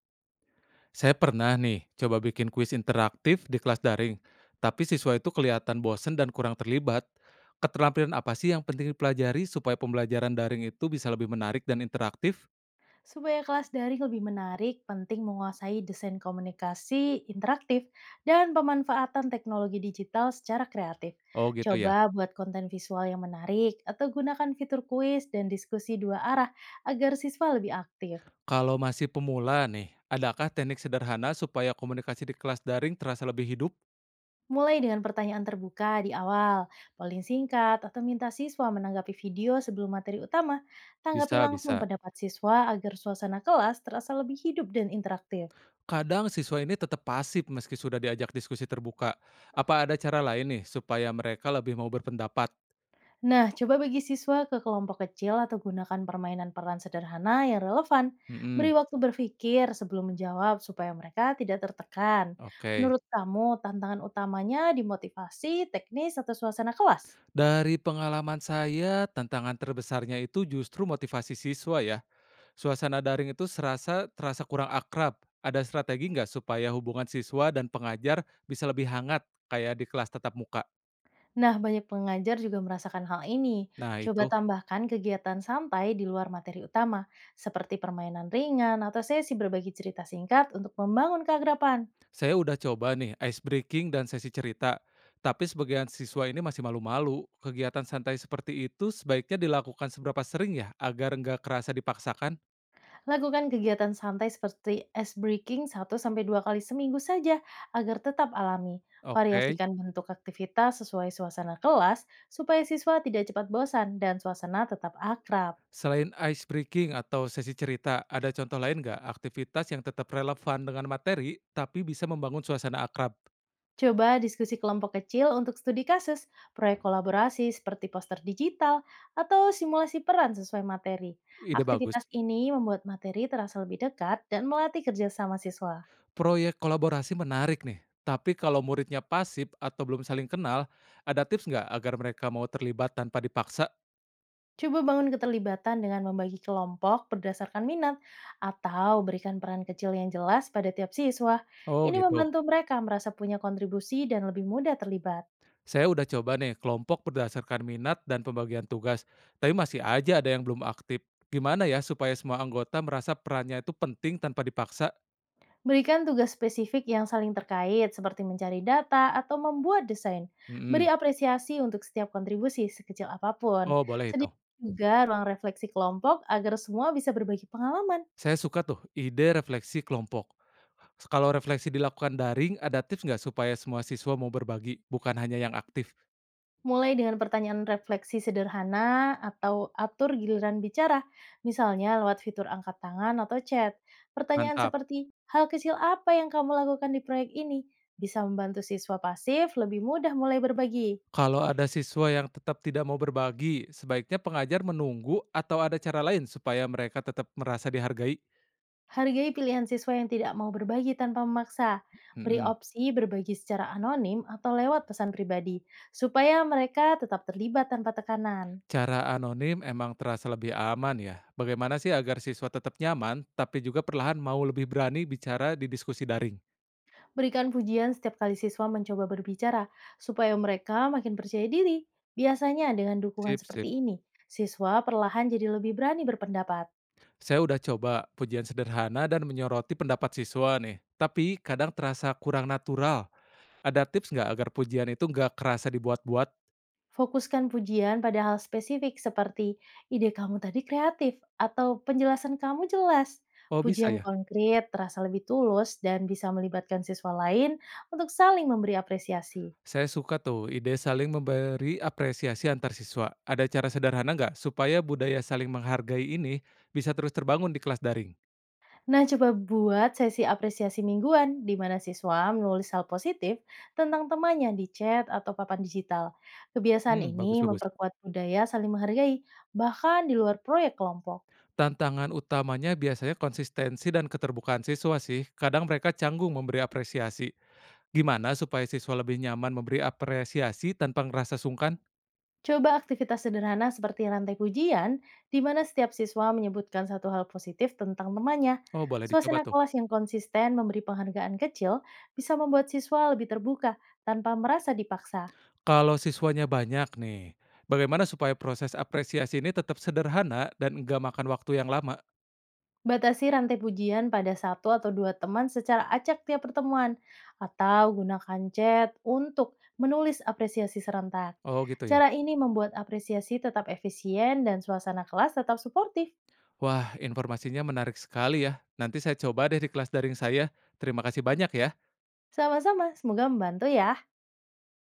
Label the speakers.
Speaker 1: Saya pernah nih coba bikin kuis interaktif di kelas daring, tapi siswa itu kelihatan bosen dan kurang terlibat. Keterampilan apa sih yang penting dipelajari supaya pembelajaran daring itu bisa lebih menarik dan interaktif?
Speaker 2: Supaya kelas daring lebih menarik, penting menguasai desain komunikasi interaktif dan pemanfaatan teknologi digital secara kreatif.
Speaker 1: Oh gitu ya.
Speaker 2: Coba buat konten visual yang menarik atau gunakan fitur kuis dan diskusi dua arah agar siswa lebih aktif.
Speaker 1: Kalau masih pemula nih, adakah teknik sederhana supaya komunikasi di kelas daring terasa lebih hidup?
Speaker 2: Mulai dengan pertanyaan terbuka di awal, polling singkat, atau minta siswa menanggapi video sebelum materi utama. Tanggapi
Speaker 1: Bisa,
Speaker 2: langsung
Speaker 1: bisa.
Speaker 2: pendapat siswa agar suasana kelas terasa lebih hidup dan interaktif.
Speaker 1: Kadang siswa ini tetap pasif meski sudah diajak diskusi terbuka. Apa ada cara lain nih supaya mereka lebih mau berpendapat?
Speaker 2: Nah, coba bagi siswa ke kelompok kecil atau gunakan permainan peran sederhana yang relevan.
Speaker 1: Mm-mm.
Speaker 2: Beri waktu berpikir sebelum menjawab supaya mereka tidak tertekan.
Speaker 1: Oke.
Speaker 2: Menurut kamu, tantangan utamanya di motivasi, teknis, atau suasana kelas?
Speaker 1: Dari pengalaman saya, tantangan terbesarnya itu justru motivasi siswa ya. Suasana daring itu serasa terasa kurang akrab. Ada strategi nggak supaya hubungan siswa dan pengajar bisa lebih hangat kayak di kelas tatap muka?
Speaker 2: Nah, banyak pengajar juga merasakan hal ini.
Speaker 1: Nah
Speaker 2: Coba
Speaker 1: itu,
Speaker 2: tambahkan kegiatan santai di luar materi utama, seperti permainan ringan atau sesi berbagi cerita singkat untuk membangun keagrapan.
Speaker 1: saya udah coba nih ice breaking dan sesi cerita. Tapi sebagian siswa ini masih malu-malu. Kegiatan santai seperti itu sebaiknya dilakukan seberapa sering ya agar nggak kerasa dipaksakan?
Speaker 2: Lakukan kegiatan santai seperti ice breaking 1 sampai 2 kali seminggu saja agar tetap alami.
Speaker 1: Oke.
Speaker 2: Variasikan bentuk aktivitas sesuai suasana kelas supaya siswa tidak cepat bosan dan suasana tetap akrab.
Speaker 1: Selain ice breaking atau sesi cerita, ada contoh lain nggak aktivitas yang tetap relevan dengan materi, tapi bisa membangun suasana akrab?
Speaker 2: Coba diskusi kelompok kecil untuk studi kasus, proyek kolaborasi seperti poster digital, atau simulasi peran sesuai materi.
Speaker 1: Ide
Speaker 2: Aktivitas
Speaker 1: bagus.
Speaker 2: ini membuat materi terasa lebih dekat dan melatih kerjasama siswa.
Speaker 1: Proyek kolaborasi menarik nih, tapi kalau muridnya pasif atau belum saling kenal, ada tips nggak agar mereka mau terlibat tanpa dipaksa?
Speaker 2: Coba bangun keterlibatan dengan membagi kelompok berdasarkan minat atau berikan peran kecil yang jelas pada tiap siswa.
Speaker 1: Oh
Speaker 2: Ini
Speaker 1: gitu.
Speaker 2: membantu mereka merasa punya kontribusi dan lebih mudah terlibat.
Speaker 1: Saya udah coba nih kelompok berdasarkan minat dan pembagian tugas, tapi masih aja ada yang belum aktif. Gimana ya supaya semua anggota merasa perannya itu penting tanpa dipaksa?
Speaker 2: Berikan tugas spesifik yang saling terkait seperti mencari data atau membuat desain.
Speaker 1: Mm-mm.
Speaker 2: Beri apresiasi untuk setiap kontribusi sekecil apapun.
Speaker 1: Oh boleh itu.
Speaker 2: Sediakan juga ruang refleksi kelompok agar semua bisa berbagi pengalaman.
Speaker 1: Saya suka tuh ide refleksi kelompok. Kalau refleksi dilakukan daring, ada tips nggak supaya semua siswa mau berbagi, bukan hanya yang aktif?
Speaker 2: Mulai dengan pertanyaan refleksi sederhana atau atur giliran bicara, misalnya lewat fitur angkat tangan atau chat. Pertanyaan
Speaker 1: Mantap.
Speaker 2: seperti, hal kecil apa yang kamu lakukan di proyek ini? Bisa membantu siswa pasif lebih mudah mulai berbagi.
Speaker 1: Kalau ada siswa yang tetap tidak mau berbagi, sebaiknya pengajar menunggu atau ada cara lain supaya mereka tetap merasa dihargai?
Speaker 2: Hargai pilihan siswa yang tidak mau berbagi tanpa memaksa. Beri
Speaker 1: Mm-mm.
Speaker 2: opsi berbagi secara anonim atau lewat pesan pribadi, supaya mereka tetap terlibat tanpa tekanan.
Speaker 1: Cara anonim emang terasa lebih aman ya. Bagaimana sih agar siswa tetap nyaman, tapi juga perlahan mau lebih berani bicara di diskusi daring?
Speaker 2: Berikan pujian setiap kali siswa mencoba berbicara, supaya mereka makin percaya diri. Biasanya dengan dukungan
Speaker 1: Sip,
Speaker 2: seperti
Speaker 1: sip.
Speaker 2: ini, siswa perlahan jadi lebih berani berpendapat.
Speaker 1: Saya udah coba pujian sederhana dan menyoroti pendapat siswa nih, tapi kadang terasa kurang natural. Ada tips nggak agar pujian itu nggak kerasa dibuat-buat?
Speaker 2: Fokuskan pujian pada hal spesifik seperti ide kamu tadi kreatif atau penjelasan kamu jelas.
Speaker 1: Oh bisa
Speaker 2: Pujian
Speaker 1: ya?
Speaker 2: konkret terasa lebih tulus dan bisa melibatkan siswa lain untuk saling memberi apresiasi.
Speaker 1: Saya suka tuh ide saling memberi apresiasi antar siswa. Ada cara sederhana nggak supaya budaya saling menghargai ini bisa terus terbangun di kelas daring?
Speaker 2: Nah, coba buat sesi apresiasi mingguan di mana siswa menulis hal positif tentang temannya di chat atau papan digital. Kebiasaan
Speaker 1: Hmm,
Speaker 2: ini
Speaker 1: bagus-bagus.
Speaker 2: memperkuat budaya saling menghargai, bahkan di luar proyek kelompok.
Speaker 1: Tantangan utamanya biasanya konsistensi dan keterbukaan siswa sih. Kadang mereka canggung memberi apresiasi. Gimana supaya siswa lebih nyaman memberi apresiasi tanpa ngerasa sungkan?
Speaker 2: Coba aktivitas sederhana seperti rantai pujian, di mana setiap siswa menyebutkan satu hal positif tentang temannya.
Speaker 1: Oh, boleh dicoba
Speaker 2: Suasana
Speaker 1: tuh.
Speaker 2: kelas yang konsisten memberi penghargaan kecil bisa membuat siswa lebih terbuka tanpa merasa dipaksa.
Speaker 1: Kalau siswanya banyak nih, bagaimana supaya proses apresiasi ini tetap sederhana dan nggak makan waktu yang lama?
Speaker 2: Batasi rantai pujian pada satu atau dua teman secara acak tiap pertemuan, atau gunakan chat untuk menulis apresiasi serentak.
Speaker 1: Oh, gitu ya.
Speaker 2: Cara ini membuat apresiasi tetap efisien dan suasana kelas tetap suportif.
Speaker 1: Wah, informasinya menarik sekali ya. Nanti saya coba deh di kelas daring saya. Terima kasih banyak ya.
Speaker 2: Sama-sama, semoga membantu ya.